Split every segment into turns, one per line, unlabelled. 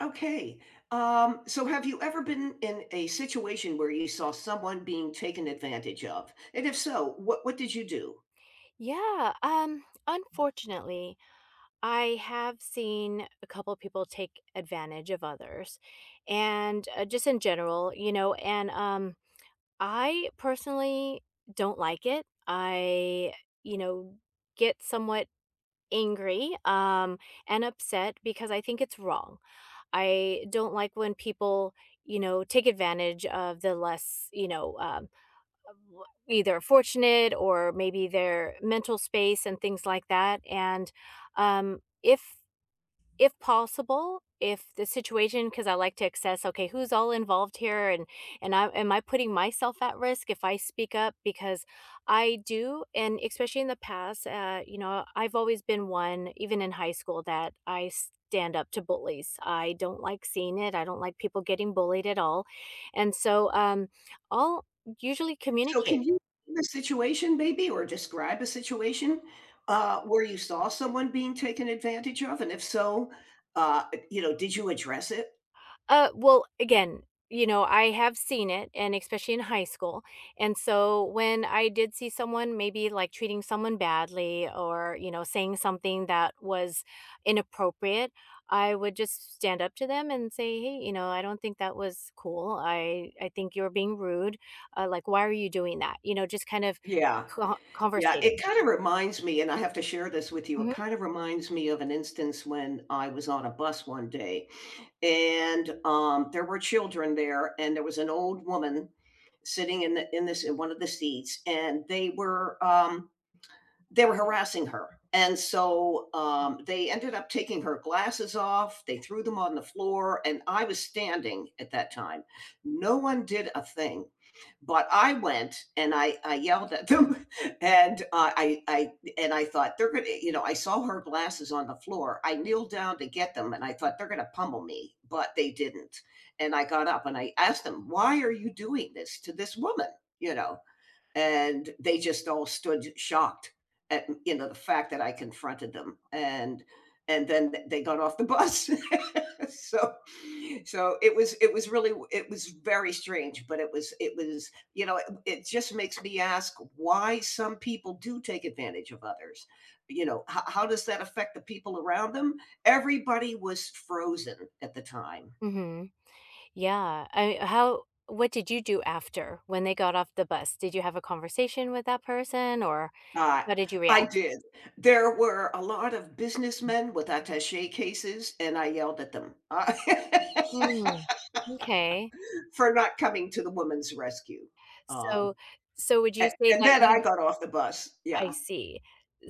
Okay. So have you ever been in a situation where you saw someone being taken advantage of? And if so, what did you do?
Yeah, unfortunately, I have seen a couple of people take advantage of others and just in general, and I personally don't like it. I, you know, get somewhat angry and upset because I think it's wrong. I don't like when people take advantage of the less, either fortunate or maybe their mental space and things like that and um, if if possible if the situation because I like to assess, okay, who's all involved here, and I am I putting myself at risk if I speak up? Because I do, and especially in the past, you know, I've always been one, even in high school, that I stand up to bullies. I don't like seeing it. I don't like people getting bullied at all. And so I'll usually
So
communicate.
can you name a situation maybe or describe a situation where you saw someone being taken advantage of? And if so, uh, you know, did you address it?
Well, again, you know, I have seen it, and especially in high school. And so when I did see someone maybe like treating someone badly or, you know, saying something that was inappropriate, I would just stand up to them and say, "Hey, you know, I don't think that was cool. I think you're being rude. Like, why are you doing that?" You know, just kind of
Yeah. Yeah, it
conversating.
kind of reminds me, and I have to share this with you. It
hmm
kind of reminds me of an instance when I was on a bus 1 day, and there were children there, and there was an old woman sitting in one of the seats, and they were harassing her. And so they ended up taking her glasses off. They threw them on the floor, and I was standing at that time. No one did a thing. But I went and I yelled at them, and I and I thought they're gonna, you know, I saw her glasses on the floor. I kneeled down to get them, and I thought they're gonna pummel me, but they didn't. And I got up and I asked them, "Why are you doing this to this woman?" You know, and they just all stood shocked at you know the fact that I confronted them and then they got off the bus. so so it was really it was very strange but it was you know it just makes me ask why some people do take advantage of others. You know, how does that affect the people around them? Everybody was frozen at the time.
hmm. Yeah. I how what did you do after when they got off the bus? Did you have a conversation with that person, or
I
how did you
I
react?
did. There were a lot of businessmen with attaché cases, and I yelled at them,
Mm, okay.
for not coming to the woman's rescue. Um,
So so would you
a
say
and
that
then I
you
got off the bus.
I
Yeah.
see.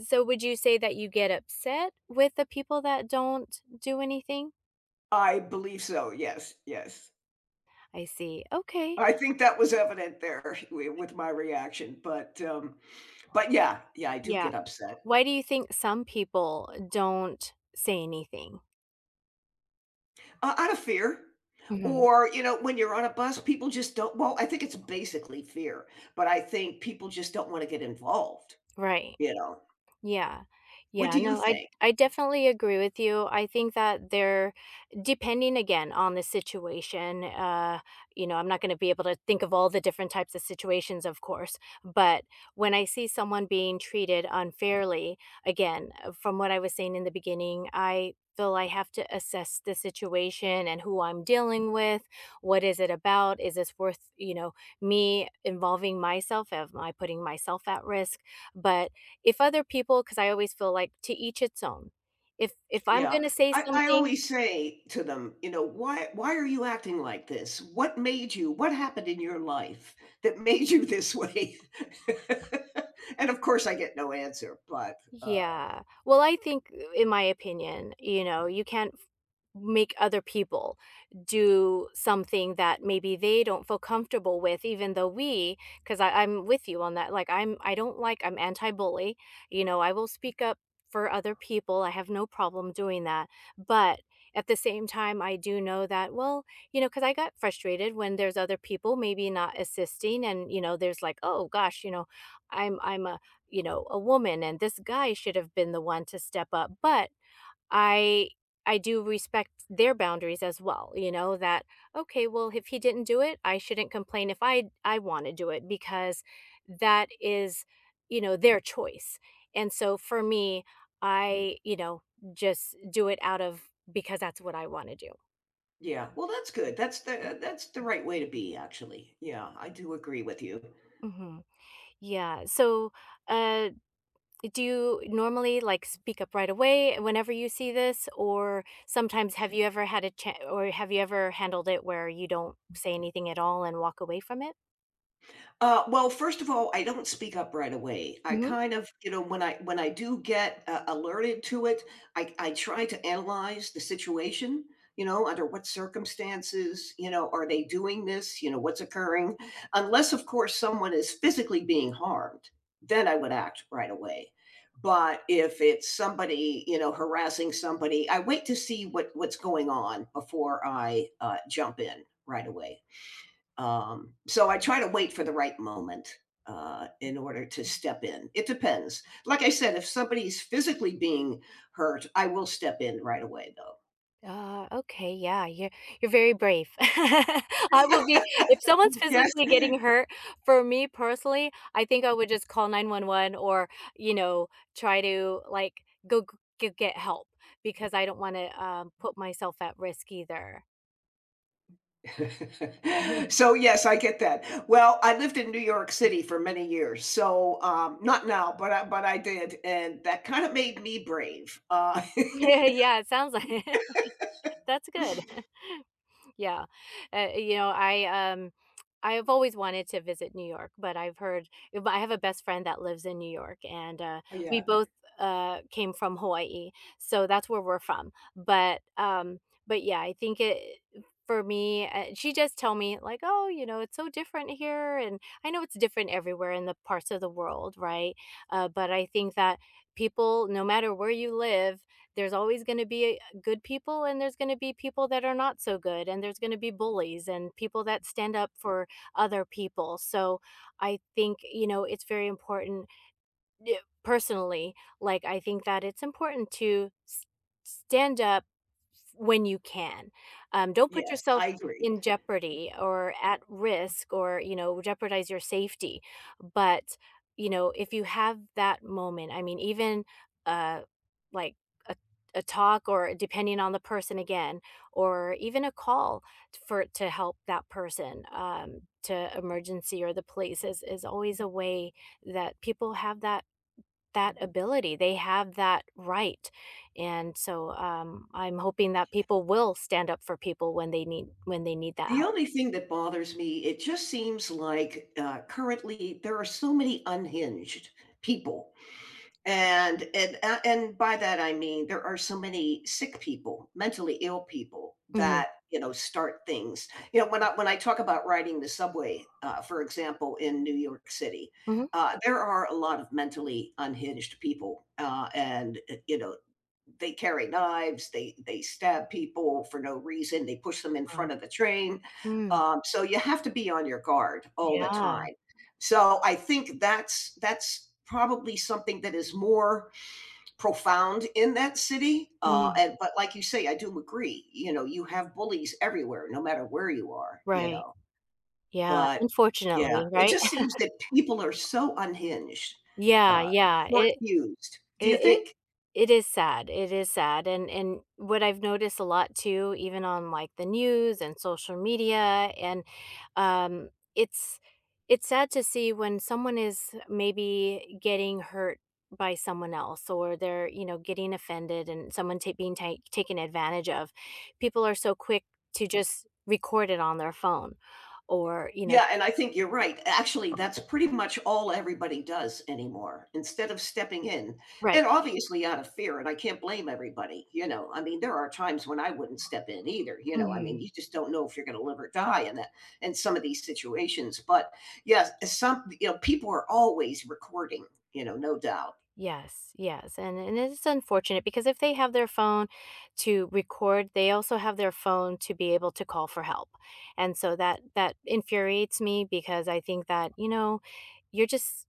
So would you say that you get upset with the people that don't do anything?
I believe so. Yes, yes.
I see. Okay.
I think that was evident there wi with my reaction, but, um, but yeah, yeah, I do
Yeah.
get upset.
Why do you think some people don't say anything?
Out of fear.
Mhm.
Or, you know, when you're on a bus, people just don't well, I think it's basically fear, but I think people just don't wanna get involved,
Right.
you know?
Yeah.
What do
Yeah,
you
no, I
think?
I definitely agree with you. I think that they're depending again on the situation, you know, I'm not gonna be able to think of all the different types of situations, of course, but when I see someone being treated unfairly, again, from what I was saying in the beginning, I feel I have to assess the situation and who I'm dealing with. What is it about? Is this worth, you know, me involving myself? Am I putting myself at risk? But if other people, because I always feel like to each its own. If I'm
Yeah.
gonna say
I
something
always say to them, you know, "Why are you acting like this? What made you what happened in your life that made you this way?" And, of course, I get no answer, but,
yeah. Well, I think in my opinion, you know, you can't make other people do something that maybe they don't feel comfortable with, even though we because I'm with you on that. Like, I'm I don't like, I'm anti-bully. You know, I will speak up for other people. I have no problem doing that. But at the same time, I do know that, well, you know, because I got frustrated when there's other people maybe not assisting, and you know, there's like, oh gosh, you know, I'm a, you know, a woman, and this guy should have been the one to step up. But I I do respect their boundaries as well, you know, that okay, well, if he didn't do it, I shouldn't complain if I want to do it, because that is, you know, their choice. And so for me, I, you know, just do it out of because that's what I want to do.
yeah. Well, that's good. That's the right way to be, actually. Yeah, I do agree with you.
Mhm. Yeah. So, uh do you normally, like, speak up right away whenever you see this, or sometimes have you ever had a chance, or have you ever handled it where you don't say anything at all and walk away from it?
Well, first of all, I don't speak up right away. I
Mhm.
kind of, you know, when I do get alerted to it, I try to analyze the situation. You know, under what circumstances, you know, are they doing this? You know, what's occurring? Unless, of course, someone is physically being harmed, then I would act right away. But if it's somebody, you know, harassing somebody, I wait to see what what's going on before I jump in right away. So I try to wait for the right moment in order to step in. It depends. Like I said, if somebody's physically being hurt, I will step in right away, though.
Ah, okay, yeah, you're very brave. I will be if someone's
Yes.
physically getting hurt, for me personally, I think I would just call 911 or, you know, try to, like, go g g get help because I don't wanna, put myself at risk either.
So, yes, I get that. Well, I lived in New York City for many years. So, not now, but I did. And that kind of made me brave.
Yeah, it sounds like that's good. Yeah. You know, I I've always wanted to visit New York, but I've heard I have a best friend that lives in New York, and uh, we
Yeah.
both came from Hawaii. So that's where we're from. But yeah, I think it for me, she just tell me like, "Oh, you know, it's so different here." And I know it's different everywhere in the parts of the world, right? But I think that people, no matter where you live, there's always going to be good people, and there's going to be people that are not so good, and there's going to be bullies and people that stand up for other people. So I think, you know, it's very important. Yeah, personally, like, I think that it's important to stand up when you can. Don't put
Yes,
yourself
I agree.
in jeopardy or at risk or, you know, jeopardize your safety. But, you know, if you have that moment, I mean, even uh, like, a, a talk or depending on the person again, or even a call for to help that person, to emergency or the police is always a way that people have that that ability. They have that right. And so, I'm hoping that people will stand up for people when they need that
The
help.
only thing that bothers me, it just seems like currently there are so many unhinged people. And by that I mean there are so many sick people, mentally ill people
Mhm,
that you know start things. You know when I talk about riding the subway, for example, in New York City,
mhm.
there are a lot of mentally unhinged people, and you know they carry knives, they stab people for no reason, they push them in
Wow.
front of the train.
Mm,
So you have to be on your guard all the
yeah.
time. So I think that's probably something that is more profound in that city.
Mm,
And but like you say, I do agree. You know, you have bullies everywhere, no matter where you are. You
right.
know,
Yeah,
but yeah,
unfortunately,
it
right?
just seems that people are so unhinged,
Yeah,
uh,
yeah,
short
it
fused.
it
Do you
it
think?
It is sad, and what I've noticed a lot too, even on, like, the news and social media, and, um, it's it's sad to see when someone is maybe getting hurt by someone else, or they're, you know, getting offended, and someone ta being ta taken advantage of. People are so quick to just record it on their phone, or, you know
Yeah, and I think you're right. Actually, that's pretty much all everybody does anymore instead of stepping in. And
Right.
obviously out of fear, and I can't blame everybody, you know. I mean, there are times when I wouldn't step in either, you know. I mean,
Mhm.
you just don't know if you're gonna live or die in that in some of these situations. But yes, some you know, people are always recording, you know, no doubt.
Yes, yes, and it's unfortunate because if they have their phone to record, they also have their phone to be able to call for help. And so that that infuriates me because I think that, you know, you're just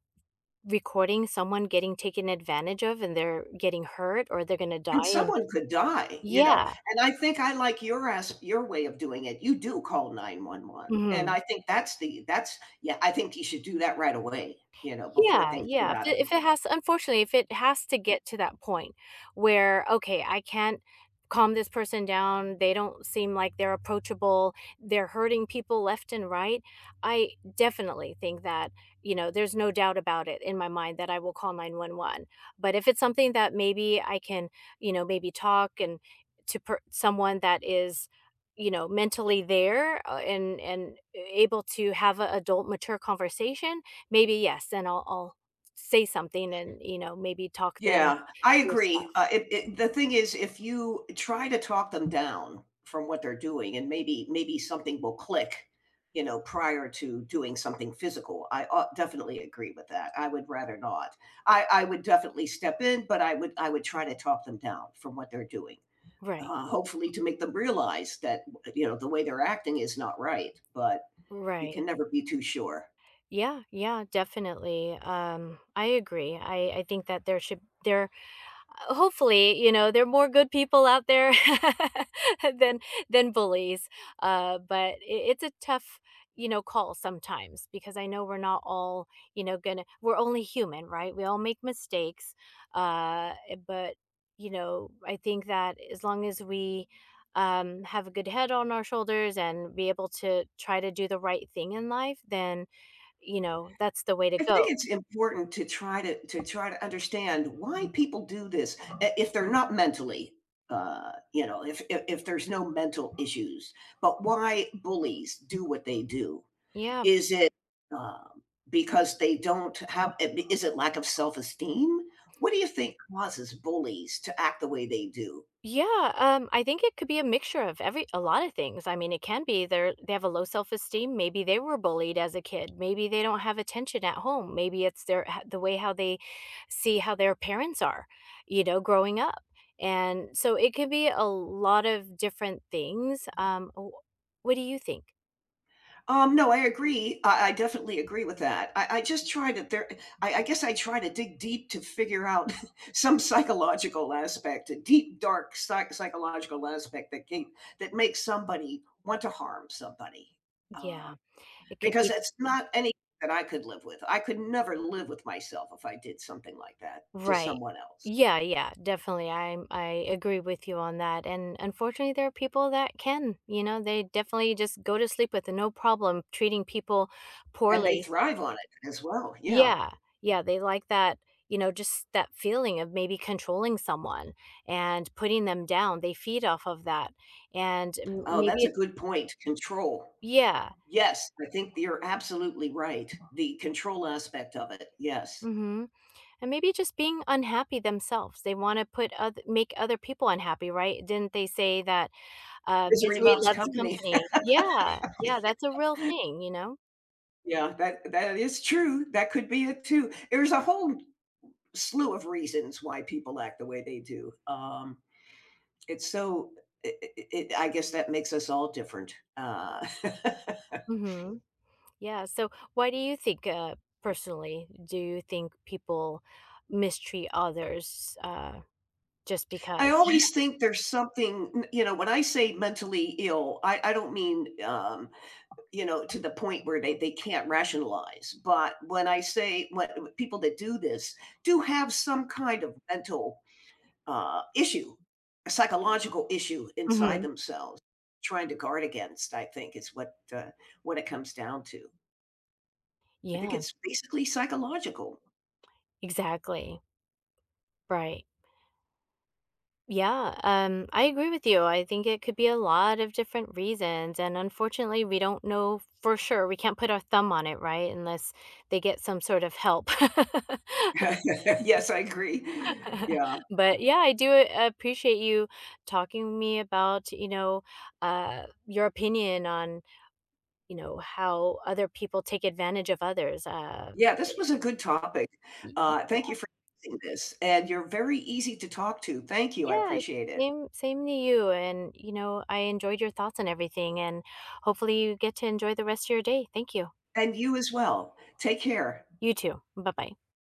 recording someone getting taken advantage of, and they're getting hurt or they're going to
And
die, and
someone could die, you know,
yeah.
and I think I like your way of doing it. You do call 911, and I
Mhm.
think that's the that's yeah, I think you should do that right away, you know, before
Yeah,
things get
yeah. If
out of
it
hand.
has unfortunately, if it has to get to that point where, okay, I can't calm this person down, they don't seem like they're approachable, they're hurting people left and right, I definitely think that, you know, there's no doubt about it in my mind that I will call 911. But if it's something that maybe I can, you know, maybe talk and to someone that is, you know, mentally there, and able to have an adult mature conversation. Maybe yes, and I'll say something and, you know, maybe talk them
Yeah, I
through
agree.
stuff.
It it The thing is, if you try to talk them down from what they're doing and maybe something will click, you know, prior to doing something physical. I, definitely agree with that. I would rather not. I would definitely step in, but I would try to talk them down from what they're doing,
Right,
hopefully to make them realize that you know the way they're acting is not right but you
right.
can never be too sure.
Yeah, yeah, definitely. I agree. I think that there should there hopefully, you know, there are more good people out there than than bullies. But I it's a tough, you know, call sometimes because I know we're not all, you know, gonna we're only human, right? We all make mistakes. Eh, but you know, I think that as long as we, have a good head on our shoulders and be able to try to do the right thing in life, then you know that's the way to
I think
go.
it's important to try to try to understand why people do this if they're not mentally you know if, if there's no mental issues but why bullies do what they do.
Yeah.
Is it um, because they don't have is it lack of self-esteem, what do you think causes bullies to act the way they do?
Yeah, I think it could be a mixture of every a lot of things. I mean, it can be they have a low self-esteem. Maybe they were bullied as a kid. Maybe they don't have attention at home. Maybe it's their the way how they see how their parents are, you know, growing up. And so it could be a lot of different things. Um, what do you think?
No, I agree. I definitely agree with that. I just try to there. I guess I try to dig deep to figure out some psychological aspect, a deep, dark psychological aspect that can, that makes somebody want to harm somebody. Um,
Yeah, it could
because
be
it's not anything that I could live with. I could never live with myself if I did something like that to
right.
someone else.
Yeah, yeah, definitely. I agree with you on that. And unfortunately, there are people that can, you know, they definitely just go to sleep with no problem treating people
And they
poorly.
thrive on it as well. Yeah.
Yeah. Yeah, they like that, you know, just that feeling of maybe controlling someone and putting them down. They feed off of that. And
Oh, that's
maybe
a
it's
good point. Control.
yeah.
Yes, I think you're absolutely right. The control aspect of it, yes.
Mm-hmm. And maybe just being unhappy themselves. They want to put other, make other people unhappy, right? Didn't they say that
Misery
misery
loves
loves
company.
company. Yeah, yeah, that's a real thing, you know?
Yeah, that that is true. That could be it too. There's a whole slew of reasons why people act the way they do. It's so. It, it, I guess that makes us all different.
Mhm. Yeah, so why do you think, personally, do you think people mistreat others, just
I
because?
always think there's something. You know, when I say mentally ill, I don't mean you know, to the point where they can't rationalize. But when I say when people that do this do have some kind of mental issue, a psychological issue inside
Mhm.
themselves, trying to guard against. I think is what it comes down to. I think
Yeah,
it's basically psychological.
exactly, right. Yeah, I agree with you. I think it could be a lot of different reasons, and unfortunately, we don't know for sure. We can't put our thumb on it, right? Unless they get some sort of help.
Yes, I agree. Yeah,
But yeah, I do a appreciate you talking with me about, you know, your opinion on, you know, how other people take advantage of others.
yeah. This was a good topic.
Y y
Thank you
yeah.
for using this, and you're very easy to talk to. Thank you. I
Yes,
appreciate it,
same same to you, and, you know, I enjoyed your thoughts and everything, and hopefully you get to enjoy the rest of your day. Thank you.
and you as well. Take care.
You too. Bye-bye.